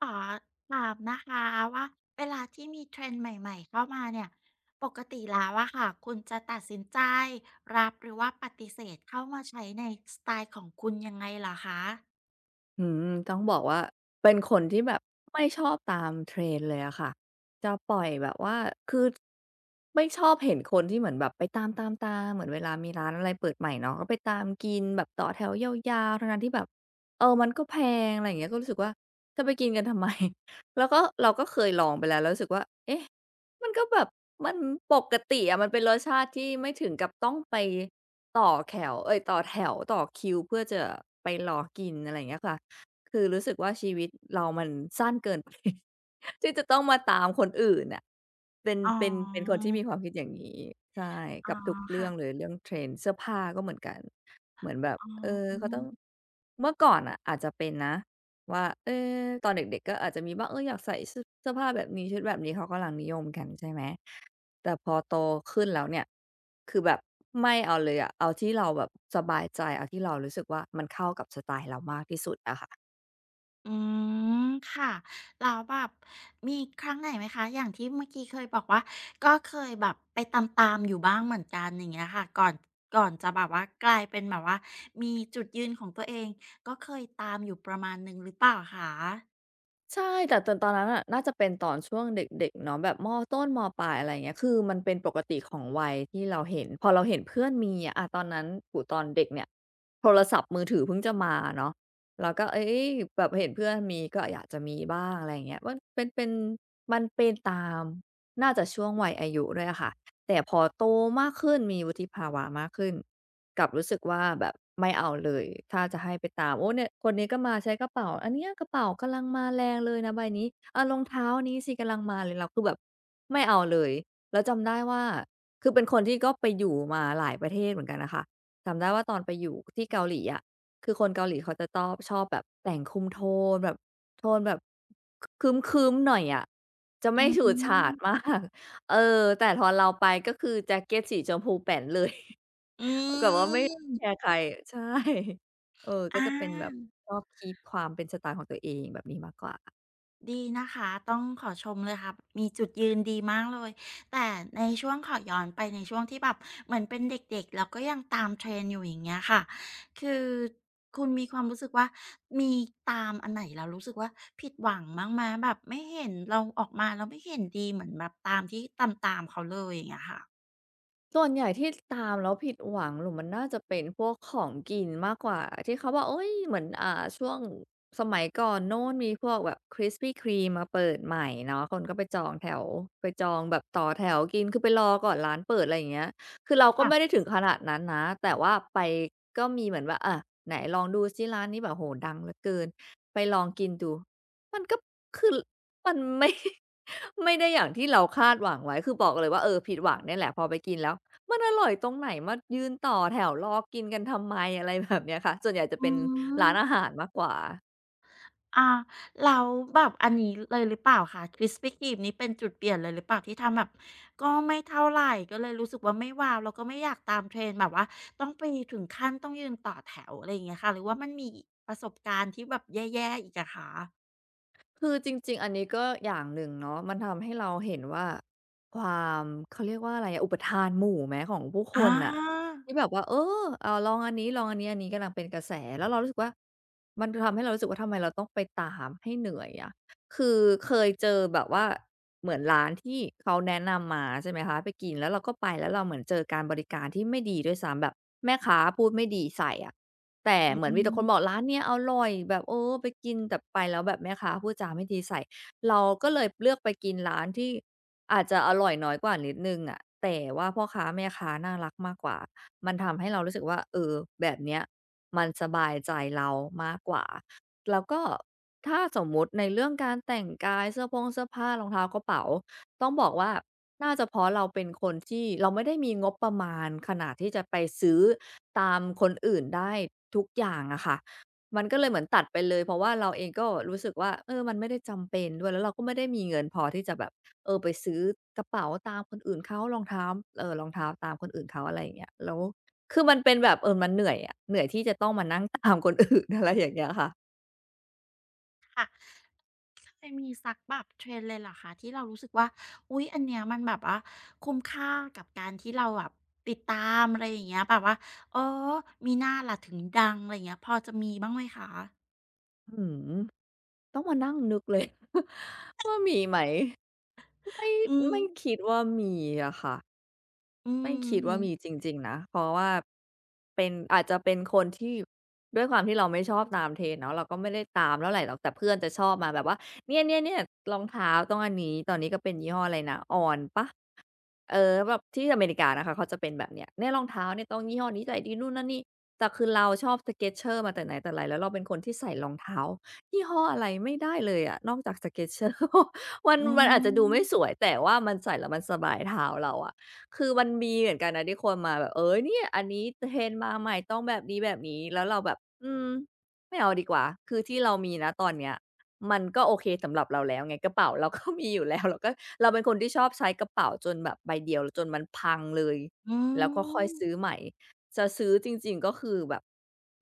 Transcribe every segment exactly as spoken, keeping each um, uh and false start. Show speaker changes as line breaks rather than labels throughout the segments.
ขอถามนะคะว่าเวลาที่มีเทรนด์ใหม่ๆเข้ามาเนี่ยปกติแล้วอะค่ะคุณจะตัดสินใจรับหรือว่าปฏิเสธเข้ามาใช้ในสไตล์ของคุณยังไงเหรอคะ
อืมต้องบอกว่าเป็นคนที่แบบไม่ชอบตาม trend เลยอะค่ะจะปล่อยแบบว่าคือไม่ชอบเห็นคนที่เหมือนแบบไปตามๆๆเหมือนเวลามีร้านอะไรเปิดใหม่เนาะก็ไปตามกินแบบต่อแถวยาวๆทั้งๆที่แบบเออมันก็แพงอะไรอย่างเงี้ยก็รู้สึกว่าจะไปกินกันทำไม แล้วก็เราก็เคยลองไปแล้วแล้วรู้สึกว่าเอ๊ะมันก็แบบมันปกติอะมันเป็นรสชาติที่ไม่ถึงกับต้องไปต่อแขวเอ๊ยต่อแถวต่อคิวเพื่อจะไปรอกินอะไรอย่างเงี้ยค่ะ คือรู้สึกว่าชีวิตเรามันสั้นเกินไป ที่จะต้องมาตามคนอื่นน่ะเป็น
อ๋
เป็นเป็นคน
อ
ที่มีความคิดอย่างงี้ใช่
อ๋อ
กับทุกเรื่องเล
ค่ะ
ยเรื่องเทรนด์เสื้อผ้าก็เหมือนกัน เหมือนแบบ
อ๋
เออเขาต้อง
อ
เมื่อก่อนอ่ะอาจจะเป็นนะว่าเออตอนเด็กๆก็อาจจะมีบ้างเอออยากใส่เสื้อเสื้อผ้าแบบนี้ชุดแบบนี้เขากำลังนิยมกันใช่ไหมแต่พอโตขึ้นแล้วเนี่ยคือแบบไม่เอาเลยอะเอาที่เราแบบสบายใจเอาที่เรารู้สึกว่ามันเข้ากับสไตล์เรามากที่สุดอะค่ะ
อืมค่ะแล้วแบบมีครั้งไหนไหมคะอย่างที่เมื่อกี้เคยบอกว่าก็เคยแบบไปตามๆอยู่บ้างเหมือนกันอย่างเงี้ยค่ะก่อนก่อนจะแบบว่ากลายเป็นแบบว่ามีจุดยืนของตัวเองก็เคยตามอยู่ประมาณหนึ่งหรือเปล่าคะ
ใช่แต่ตอนตอนนั้นน่ะน่าจะเป็นตอนช่วงเด็กๆเนาะแบบมต้นมปลายอะไรอย่างเงี้ยคือมันเป็นปกติของวัยที่เราเห็นพอเราเห็นเพื่อนมีอะอาตอนนั้นโอ้โฮตอนเด็กเนี่ยโทรศัพท์มือถือเพิ่งจะมาเนาะเราก็เอ๊ยแบบเห็นเพื่อนมีก็อยากจะมีบ้างอะไรอย่างเงี้ยมันเป็นเป็นมันเป็นตามน่าจะช่วงวัยอายุด้วยอะค่ะแต่พอโตมากขึ้นมีวุฒิภาวะมากขึ้น กลับรู้สึกว่าแบบไม่เอาเลยถ้าจะให้ไปตามโอ้เนี่ยคนนี้ก็มาใช้กระเป๋าอันเนี้ยกระเป๋ากำลังมาแรงเลยนะใบนี้อ่ารองเท้านี้สิกำลังมาเลยเราคือแบบไม่เอาเลยแล้วจำได้ว่าคือเป็นคนที่ก็ไปอยู่มาหลายประเทศเหมือนกันน่ะค่ะจำได้ว่าตอนไปอยู่ที่เกาหลีอะคือคนเกาหลีเขาจะตอบชอบแบบแต่งคุมโทนแบบโทนแบบคครึ้มๆหน่อยอะจะ
อื
ไม่ฉูดฉาด
ม
มาก เออแต่พอเราไปก็คือแจ็กเกตสีชมพูแป๋นเลย
อื
แบบว่าไม่แค
ม
ร์ใครใช่เออก็
อา
จะเป็นแบบชอบ keep ความเป็นสไตล์ของตัวเองแบบนี้มากกว่า
ดีนะคะต้องขอชมเลยค่ะมีจุดยืนดีมากเลยแต่ในช่วงขอย้อนไปในช่วงที่แบบเหมือนเป็นเด็กๆแล้วก็ยังตาม t r e n อยู่อย่างเงี้ยค่ะคือคุณมีความรู้สึกว่ามีตามอันไหนแล้วรู้สึกว่าผิดหวังม้างไหมแบบไม่เห็นเราออกมาแล้วไม่เห็นดีเหมือนแบบตามที่ตามๆเขาเลยอย่างเงี้ยค่ะ
ส่วนใหญ่ที่ตามแล้วผิดหวังหรือมันน่าจะเป็นพวกของกินมากกว่าที่เขาบอกเฮ้ยเหมือนอ่าช่วงสมัยก่อนโน้นมีพวกแบบ Krispy Kreme มาเปิดใหม่เนาะคนก็ไปจองแถวไปจองแบบต่อแถวกินคือไปรอก่อนร้านเปิดอะไรอย่างเงี้ยคือเราก็ไม่
ค่ะ
ได้ถึงขนาดนั้นนะแต่ว่าไปก็มีเหมือนว่าอะไหนลองดูซิร้านนี้แบบโอ้โฮดังเหลือเกินไปลองกินดูมันก็คือมันไม่ ไม่ได้อย่างที่เราคาดหวังไว้คือบอกเลยว่าเออผิดหวังเนี่ยแหละพอไปกินแล้ว มันอร่อยตรงไหนมายืนต่อแถวรอกินกันทำไมอะไรแบบเนี้ยค่ะส่วนใหญ่จะ
อื
เป็นร้านอา
ม
หารมากกว่า
อาแล้วแบบอันนี้เลยหรือเปล่าคะ คริสปี้ครีม นี้เป็นจุดเปลี่ยนเลยหรือเปล่าที่ทำแบบก็ไม่เท่าไรก็เลยรู้สึกว่าไม่ว้าวแล้วก็ไม่อยากตาม Trend แบบว่าต้องไปถึงขั้นต้องยืนต่อแถวอะไรอย่างเงี้ยค่ะหรือว่ามันมีประสบการณ์ที่แบบแย่ๆอีกอะคะ
คือจริงๆอันนี้ก็อย่างหนึ่งเนาะมันทำให้เราเห็นว่าความเขาเรียกว่าอะไรอะอุปทานหมู่ไหมของผู้ค
อา
นน่ะที่แบบว่าเอออาลองอันนี้ลองอันนี้อันนี้กำลังเป็นกระแสแล้วเรารู้สึกว่ามันทำให้เรารู้สึกว่าทำไมเราต้องไปตามให้เหนื่อยอะคือเคยเจอแบบว่าเหมือนร้านที่เขาแนะนำมาใช่ไหมคะไปกินแล้วเราก็ไปแล้วเราเหมือนเจอการบริการที่ไม่ดีด้วยซ้ำแบบแม่ค้าพูดไม่ดีใส่อะ แต่
อื
เหมือนมีแต่คนบอก
ม
ร้านเนี้ยอร่อยแบบเออไปกินแต่ไปแล้วแบบแม่ค้าพูดจาไม่ดีใส่เราก็เลยเลือกไปกินร้านที่อาจจะอร่อยน้อยกว่านิดหนึ่งอะแต่ว่าพ่อค้าแม่ค้าน่ารักมากกว่ามันทำให้เรารู้สึกว่าเออแบบเนี้ยมันสบายใจเรามากกว่าแล้วก็ถ้าสมมุติในเรื่องการแต่งกายเสื้อพงเสื้อผ้ารองเท้ากระเป๋าต้องบอกว่าน่าจะเพราะเราเป็นคนที่เราไม่ได้มีงบประมาณขนาดที่จะไปซื้อ ตามคนอื่นได้ทุกอย่างอะค่ะมันก็เลยเหมือนตัดไปเลยเพราะว่าเราเองก็รู้สึกว่าเออมันไม่ได้จำเป็นด้วยแล้วเราก็ไม่ได้มีเงินพอที่จะแบบเออไปซื้อกระเป๋าตามคนอื่นเขารองเท้าเอ่อรองเท้าตามคนอื่นเขาอะไรอย่างเงี้ยแล้วคือมันเป็นแบบเออมันเหนื่อยอะเหนื่อยที่จะต้องมานั่งตามคนอื่นอะไรอย่างเงี้ยค่ะ
ค่ะ เคยมีสักแบบเทรนด์เลยเหรอคะที่เรารู้สึกว่าอุ๊ยอันเนี้ยมันแบบว่าคุ้มค่ากับการที่เราแบบติดตามอะไรอย่างเงี้ยแบบว่าเอ๋อมีหน้าล่ะถึงดังอะไรอย่างเงี้ยพอจะมีบ้างไหมคะ
อื้อฮือต้องมานั่งนึกเลย ว่ามีไหมไม่
อืม
ไม่คิดว่ามีอะค่ะ
อื
ไม่คิดว่า
ม
มี
ๆ
จริงๆนะเพราะว่าเป็นอาจจะเป็นคนที่ด้วยความที่เราไม่ชอบตาม trend เนาะเราก็ไม่ได้ตามเท่าไรหรอกแต่เพื่อนจะชอบมาแบบว่าเนี่ยๆๆรองเท้าต้องอันนี้ตอนนี้ก็เป็นยี่ห้ออะไรนะ On เปล่า เออแบบที่อเมริกานะคะเขาจะเป็นแบบเนี้ยเนี่ยรองเท้าเนี่ยต้องยี่ห้อนี้ใส่ดีนู่นนั่นนี่แต่คือเราชอบ Skechers มาแต่ไหนแต่ไรแล้วเราเป็นคนที่ใส่รองเท้ายี่ห้ออะไรไม่ได้เลยอะนอกจาก Skechers มัน
อื
มันอาจจะดูไม่ส
ม
วยแต่ว่ามันใส่แล้วมันสบายเท้าเราอะคือมันมีเหมือนกันนะที่คนมาแบบเออเนี่ยอันนี้ Trend มาใหม่ต้องแบบนี้ๆแล้วเราแบบอืมไม่เอาดีกว่าคือที่เรามีณตอนเนี้ย มันก็โอเคสำหรับเราแล้วไงกระเป๋าเราก็มีอยู่แล้วเราก็เราเป็นคนที่ชอบใช้กระเป๋าจนแบบใบเดียวจนมันพังเลย
อื
แล้วก็ค่อย
ม
ซื้อใหม่จะซื้อจริงๆก็คือแบบ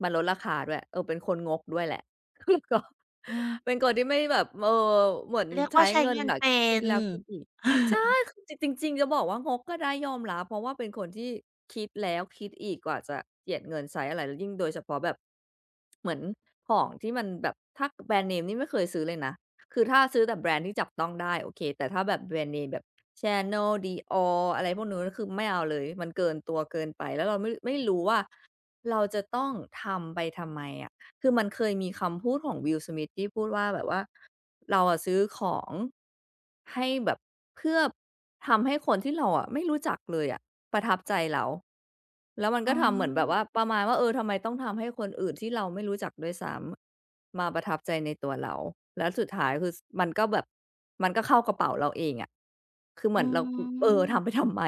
มันลดราคาด้วยเออเป็นคนงกด้วยแหละ แล้วก็
อืม
เป็นคนที่ไม่แบบเออเหมือน
เรียก
ใช้
ว่าใช้
เงิน
เงิน
แบบ
เป็
คิด
น
แล้วคิดอีก ใช่คือจจริงๆจะบอกว่างกก็ได้ยอมรับเพราะว่าเป็นคนที่คิดแล้วคิดอีกกว่าจะเจียดเงินใช้อะไรแล้วยิ่งโดยเฉพาะแบบเหมือนของที่มันแบบถ้าแบรนด์เนมนี่ไม่เคยซื้อเลยนะคือถ้าซื้อแต่แบรนด์ที่จับต้องได้โอเคแต่ถ้าแบบแบรนด์เนมแบบ Chanel Dior อะไรพวกนู้นคือไม่เอาเลยมันเกินตัวเกินไปแล้วเราไม่ไม่รู้ว่าเราจะต้องทำไปทำไมอะ คือมันเคยมีคำพูดของว i l l Smith ที่พูดว่าแบบว่าเราอะซื้อของให้แบบเพื่อทำให้คนที่เราอะไม่รู้จักเลยอะประทับใจเราแล้วมัน
อ๋
ก็ทำเหมือนแบบว่า
อ
ประมาณว่าเออทำไมต้องทำให้คนอื่นที่เราไม่รู้จักด้วยซ้ำมาประทับใจในตัวเราแล้วสุดท้ายคือสมันก็แบบมันก็เข้ากระเป๋าเราเองอะคือเห
อื
มือนเราอเออทำไป
ม
ทำไม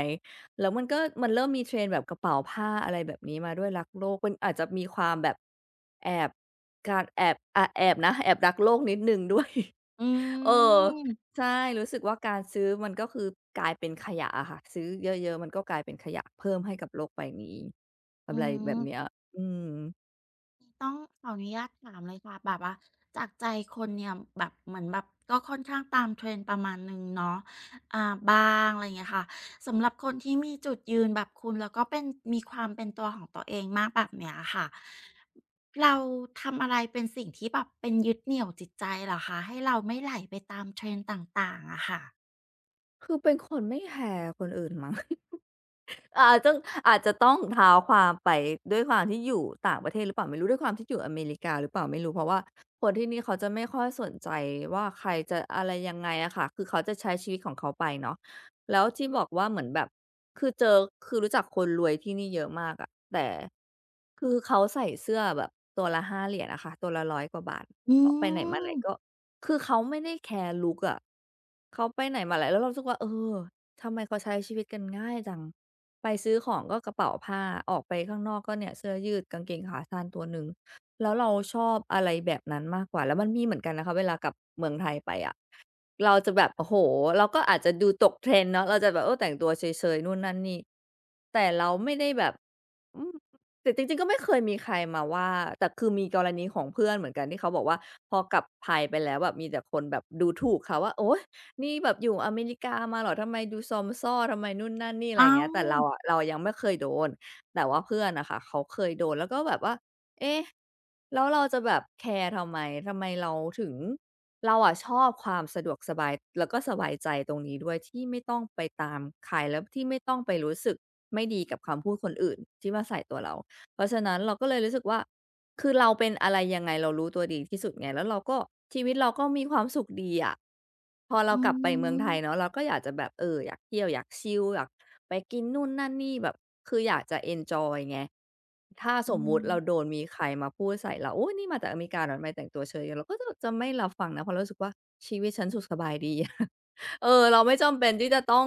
แล้วมันก็มันเริ่มมี trend แบบกระเป๋าผ้าอะไรแบบนี้มาด้วยรักโลกมันอาจจะมีความแบบแอบ การแอบอาแอบนะแอบรักโลกนิดหนึ่งด้วย
อื
เออ
ม
ใช่รู้สึกว่าการซื้อมันก็คือกลายเป็นขยะอะค่ะซื้อเยอะๆมันก็กลายเป็นขยะเพิ่มให้กับโลกใบนี้อะ
อื
ไรแบบเนี้ย
ม
อืม
ต้องขออนุญาตถามเลยค่ะแบบว่าจากใจคนเนี่ยแบบเหมือนแบบก็ค่อนข้างตาม t r e n ประมาณหนึ่งเนาะอ่าบางอะไรอย่างเงี้ยค่ะสำหรับคนที่มีจุดยืนแบบคุณแล้วก็เป็นมีความเป็นตัวของตัวเองมากแบบเนี้ยค่ะเราทำอะไรเป็นสิ่งที่แบบเป็นยึดเหนี่ยวจิตใจเหรอคะให้เราไม่ไหลไปตาม trend ต่างๆอะค่ะ
คือเป็นคนไม่แคร์คนอื่นมั้ง อาต้องอาจจะต้องเท้าความไปด้วยความที่อยู่ต่างประเทศหรือเปล่าไม่รู้ด้วยความที่อยู่อเมริกาหรือเปล่าไม่รู้เพราะว่าคนที่นี่เขาจะไม่ค่อยสนใจว่าใครจะอะไรยังไงอะค่ะคือเขาจะใช้ชีวิตของเขาไปเนาะแล้วที่บอกว่าเหมือนแบบคือเจอคือรู้จักคนรวยที่นี่เยอะมากอะแต่คือเขาใส่เสื้อแบบตัวละห้าเหรียญอะค่ะตัวละร้อยกว่าบาท
อื
ออกไปไหนมาไหน
ม
ก็คือเขาไม่ได้แคร์ลุกอะเขาไปไหนมาไหนแล้วเรารู้สึกว่าเออ ทำไมเขาใช้ชีวิตกันง่ายจัง ไปซื้อของก็กระเป๋าผ้า ออกไปข้างนอกก็เนี่ยเสื้อยืดกางเกงขาสั้นตัวหนึ่ง แล้วเราชอบอะไรแบบนั้นมากกว่า แล้วมันมีเหมือนกันนะคะเวลากลับเมืองไทยไปอะ เราจะแบบโอ้โฮเราก็อาจจะดูตก trend เนาะเราจะแบบเออแต่งตัวเฉยๆนู่นนั่นนี่แต่เราไม่ได้แบบอืมแต่จริงๆก็ไม่เคยมีใครมาว่าแต่คือมีกรณีของเพื่อนเหมือนกันที่เขาบอกว่าพอกลับไทยไปแล้วแบบมีแต่คนแบบดูถูกเขาว่าโอ๊ยนี่แบบอยู่อเมริกามาเหรอทำไมดูซอมซ่อทำไมนู่นนั่นนี่อะไรอ
เอ้า
ย่างเงี้ยแต่เราอะเรายังไม่เคยโดนแต่ว่าเพื่อนอะค่ะเขาเคยโดนแล้วก็แบบว่าเอ๊ะแล้วเราจะแบบแคร์ทำไมทำไมเราถึง เราอะชอบความสะดวกสบายแล้วก็สบายใจตรงนี้ด้วยที่ไม่ต้องไปตามใครแล้วที่ไม่ต้องไปรู้สึกไม่ดีกับคำพูดคนอื่นที่มาใส่ตัวเราเพราะฉะนั้นเราก็เลยรู้สึกว่าคือเราเป็นอะไรยังไงเรารู้ตัวดีที่สุดไงแล้วเราก็ชีวิตเราก็มีความสุขดีอะพอเรา
อื
กลับไปเมืองไท
ม
ยเนาะเราก็อยากจะแบบเอออยากเที่ยวอยากชิลอยาก ไปกินนู่นนั่นนี่แบบคืออยากจะเอนจอยไงถ้าส
อื
มมุติเราโด
ม
นมีใครมาพูดใส่เราโอ๊ยนี่มาจากอเมริกาเหรอทำไมแต่งตัวเชยจังเราก็จะจะไม่รับฟังนะเพราะเรารู้สึกว่าชีวิตฉันสุขสบายดี เออเราไม่จำเป็นที่จะต้อง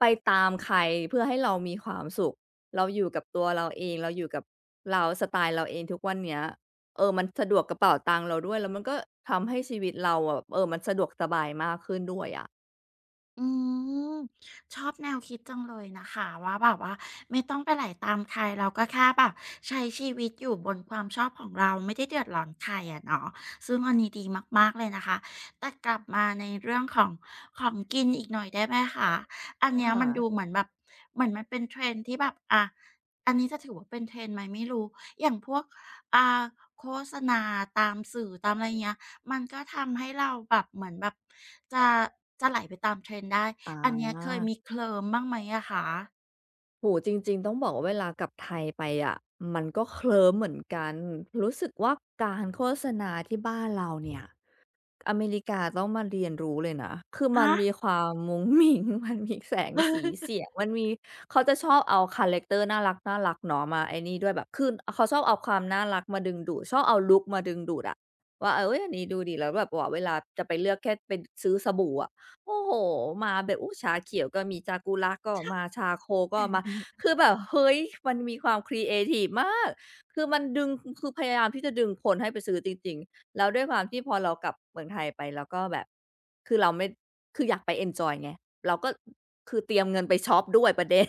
ไปตามใครเพื่อให้เรามีความสุขเราอยู่กับตัวเราเองเราอยู่กับเราสไตล์เราเองทุกวันเนี้ยเออมันสะดวกกระเป๋าตังค์เราด้วยแล้วมันก็ทำให้ชีวิตเราอะเออมันสะดวกสบายมากขึ้นด้วยอะ
อืมชอบแนวคิดจังเลยนะคะว่าแบบว่าไม่ต้องไปไหลตามใครเราก็แค่แบบใช้ชีวิตอยู่บนความชอบของเราไม่ได้เดือดร้อนใครอะเนาะซึ่งอันนี้ดีมากๆเลยนะคะแต่กลับมาในเรื่องของของกินอีกหน่อยได้ไหมคะอันเนี้ย
ค่ะ
มันดูเหมือนแบบเหมือนมันเป็น t r e n ที่แบบอะอันนี้จะถือว่าเป็น trend ไหมไม่รู้อย่างพวกอ่าโฆษณาตามสื่อตามอะไรเงี้ย มันก็ทำให้เราแบบเหมือนแบบจะจะไหลไปตาม trend ได้
อา
อันเนี้ยเคยมีเคลิ้มบ้างไหมอะคะ
โอ้โฮจริงๆต้องบอกว่าเวลากลับไทยไปอะมันก็เคลิ้มเหมือนกันรู้สึกว่าการโฆษณาที่บ้านเราเนี่ย อเมริกาต้องมาเรียนรู้เลยนะ คือมัน
ฮะ
มีความมุ้งมิ้ง มันมีแสงสีเสียงมันมีเขาจะชอบเอาคาแรกเตอร์น่ารักๆเนาะมาไอ้นี่ด้วยแบบคือเขาชอบเอาความน่ารักมาดึงดูดชอบเอาลุกมาดึงดูดอะว่าเฮ้ยอันนี้ดูดี แล้วแบบว่าเวลาจะไปเลือกแค่เปนซื้อสบู่อะโอ้โฮมาแบบโอ้ชาเขียวก็มี Sakura ก็มาชาโคก็มาคือแบบเฮ้ยมันมีความครีเอทิฟมากคือมันดึงคือพยายามที่จะดึงคนให้ไปซื้อจริงๆ แล้วด้วยความที่พอเรากลับเมืองไทยไปแล้วก็แบบคือเราไม่คืออยากไปเอนจอยไงเราก็คือเตรียมเงินไปช็อปด้วย ประเด็น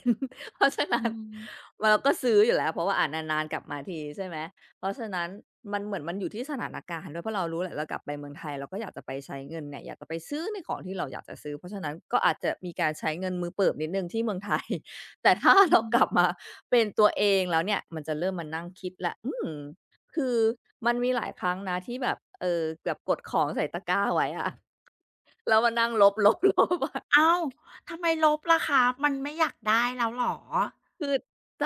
เพราะฉะ
อื
นั้น
ม
เราก็ซื้ออยู่แล้วเพราะว่าอ่านานๆกลับมาทีใช่ไหมเพราะฉะนั้นมันเหมือนมันอยู่ที่สถานการณ์ด้วยเพราะเรารู้แหละเรากลับไปเมืองไทยเราก็อยากจะไปใช้เงินเนี่ยอยากจะไปซื้อในของที่เราอยากจะซื้อเพราะฉะนั้นก็อาจจะมีการใช้เงินมือเปิบนิดหนึ่งที่เมือง ไทยแต่ถ้า
อื
เรากลับ
ม
มาเป็นตัวเองแล้วเนี่ยมันจะเริ่มมานั่งคิดแล้วอืม คือมันมีหลายครั้งนะที่แบบเออแบบกดของใส่ตะกร้าไว้อะแล้วมานั่งลบ ๆๆอะ
อ้าว ทำไมลบล่ะคะมันไม่อยากได้แล้วเหรอ
คือ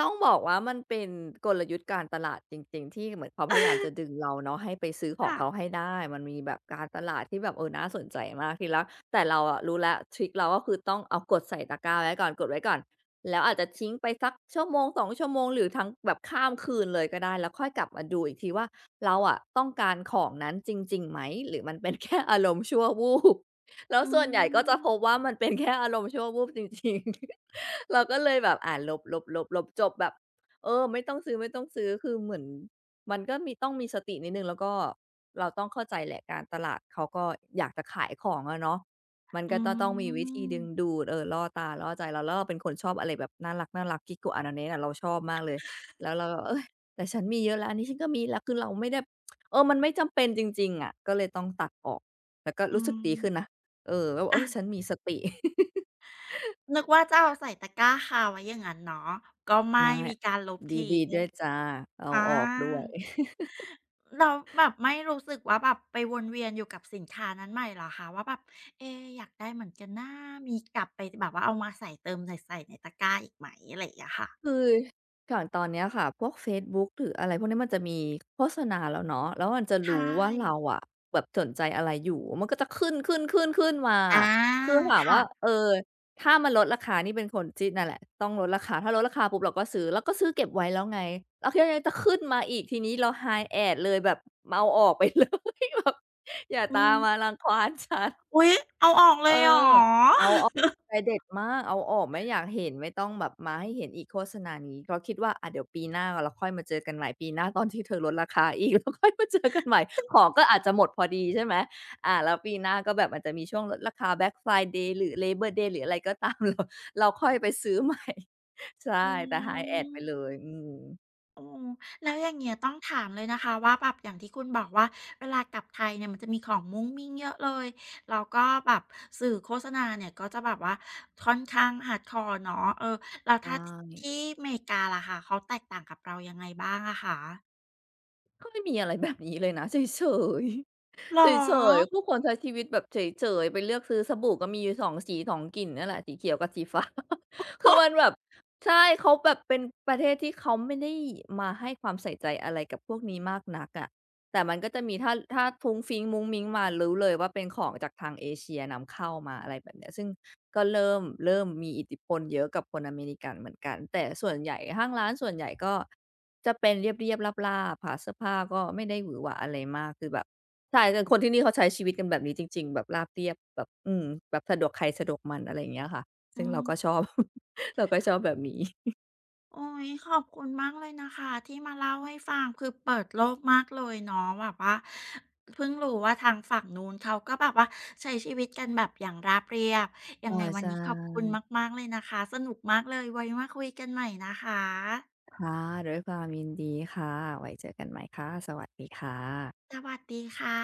ต้องบอกว่ามันเป็นกลยุทธ์การตลาดจริงๆที่เหมือนเขาพยายามจะดึงเราเนาะให้ไปซื้อของ
ค่ะ
เขาให้ได้มันมีแบบการตลาดที่แบบเออน่าสนใจมากทีละแต่เรา อะรู้แล้วทริคเราก็คือต้องเอากดใส่ตะกร้าไว้ก่อนกดไว้ก่อนแล้วอาจจะทิ้งไปสักชั่วโมงสองชั่วโมงหรือทั้งแบบข้ามคืนเลยก็ได้แล้วค่อยกลับมาดูอีกทีว่าเราอะต้องการของนั้นจริงๆไหมหรือมันเป็นแค่ อารมณ์ชั่ววูบ แล้ว
อื
ส่วนใหญ่ก็จะ
ม
พบว่ามันเป็นแค่อารมณ์ชั่ววูบจริงๆ เราก็เลยแบบอ่าลบๆบลบลบจบแบบเออไม่ต้องซื้อไม่ต้องซื้อคือเหมือนมันก็มีต้องมีสตินิดหนึ่งแล้วก็เราต้องเข้าใจแหละการตลาดเขาก็อยากจะขายของอะเนาะมัน
อื
ก็จะต้องมีวิธีดึง
ม
ดูดเออล่อตาล่อใจเราแล้วเราเป็นคนชอบอะไรแบบน่ารักๆ Geek-Go Ananette ะเราชอบมากเลยแล้วเราก็เฮ้ยแต่ฉันมีเยอะแล้วอันนี้ฉันก็มีแล้วคือเราไม่ได้เออมันไม่จำเป็นจริงๆอะก็เลยต้องตัดออกแต่ก็
อื
รู้สึกดีขึ้นนะ
ม
เออแล้วเออฉันมีสติ
นึกว่าจะเอาใส่ตะกร้าคาไว้อย่างงั้นเนาะก็ไม่
ไม่
มีการลบ
ด
ทิ้
ี
ง
ๆด้วยจ้ะเอา
อา
ออกด้วย
เราแบบไม่รู้สึกว่าแบบไปวนเวียนอยู่กับสินค้านั้นใหม่เหรอคะว่าแบบเอะอยากได้เหมือนกันนะมีกลับไปแบบว่าเอามาใส่เติมใส่ใส่ในตะกร้าอีกไหมอะไรอย่างเงี้ยค่ะ
คืออย่างตอนเนี้ยค่ะพวกเฟซบุ๊กหรืออะไรพวกเนี้ยมันจะมีโฆษณาแล้วเนาะแล้วมันจะ
ใช่
รู้ว่าเราอะแบบสนใจอะไรอยู่มันก็จะขึ้นๆๆๆมา
อา
อะคือถาม
ค่ะ
ว่าเออถ้ามันลดราคานี่เป็นคนที่นั่นแหละต้องลดราคาถ้าลดราคาปุ๊บเราก็ซื้อเราก็ซื้อเก็บไว้แล้วไงแล้วทีนี้จะขึ้นมาอีกทีนี้เรา high ad เลยแบบเอาออกไปเลย แบบอย่า
อื
ตามมา
ม
รังควานฉัน
อุ๊ยเอาออกเล
เออ
ยเหรอ
เอาออกใจเด็ดมากเอาออกไม่อยากเห็นไม่ต้องแบบมาให้เห็นอีกโฆษณานี้เพราะคิดว่าอ่าเดี๋ยวปีหน้าเราค่อยมาเจอกันใหม่ปีหน้าตอนที่เธอลดราคาอีก เลาค่อยมาเจอกันใหม่ของก็อาจจะหมดพอดีใช่ไหมอ่าแล้วปีหน้าก็แบบมันจะมีช่วงลดราคา Black Friday หรือ Labor Day หรืออะไรก็ตาม เราเราค่อยไปซื้อใหม่
อื
ใช่แต่ High Ad ไปเล
ม
ยอืม
โอ้แล้วอย่างเงี้ยต้องถามเลยนะคะว่าแบบอย่างที่คุณบอกว่าเวลากลับไทยเนี่ยมันจะมีของมุ้งมิ้งเยอะเลยแล้วก็แบบสื่อโฆษณาเนี่ยก็จะแบบว่าค่อนข้าง ฮาร์ดคอร์ เนาะเออแล้ว
ใช่
ถ้าที่อเมริกาล่ะคะเขาแตกต่างกับเรายังไงบ้างอะคะ
ก็ไม่มีอะไรแบบนี้เลยนะเฉยๆ
เหร
เฉย
อ
ๆผู้คนใช้ชีวิตแบบเฉยๆ ไปเลือกซื้อสบู่ก็มีอยู่สองสีสองกลิ่นเนี่ยแหละสีเขียวกับสีฟ้า คือมันแบบใช่เขาแบบเป็นประเทศที่เขาไม่ได้มาให้ความใส่ใจอะไรกับพวกนี้มากนักอะแต่มันก็จะมีถ้าถ้าฟุ้งฟิ้งมุ้งมิ้งมารู้เลยว่าเป็นของจากทางเอเชียนำเข้ามาอะไรแบบเนี้ยซึ่งก็เริ่มเริ่มมีอิทธิพลเยอะกับคนอเมริกันเหมือนกันแต่ส่วนใหญ่ห้างร้านส่วนใหญ่ก็จะเป็นเรียบๆราบๆค่ะเสื้อผ้าก็ไม่ได้หวือหวาอะไรมากคือแบบ ใช่แต่คนที่นี่เขาใช้ชีวิตกันแบบนี้จริงๆ แบบราบเรียบแบบอืมแบบสะดวกใครสะดวกมันอะไรอย่างเงี้ยค่ะ ซึ่
อื
งเรา
ม
ก็ชอบ เราก็ชอบแบบนี้
โอ้ยขอบคุณมากเลยนะคะที่มาเล่าให้ฟังคือเปิดโลกมากเลยเนาะแบบว่าเพิ่งรู้ว่าทางฝั่งนู้นเขาก็แบบว่าใช้ชีวิตกันแบบอย่างราบเรียบยัง
อา
ไงวัน
ใช่
นี้ขอบคุณมากๆเลยนะคะสนุกมากเลยไว้มาคุยกันใหม่นะคะ
ค่ะด้วยความยินดีค่ะ ไว้เจอกันใหม่ค่ะ สวัสดีค่ะ
สวัสดีค่ะ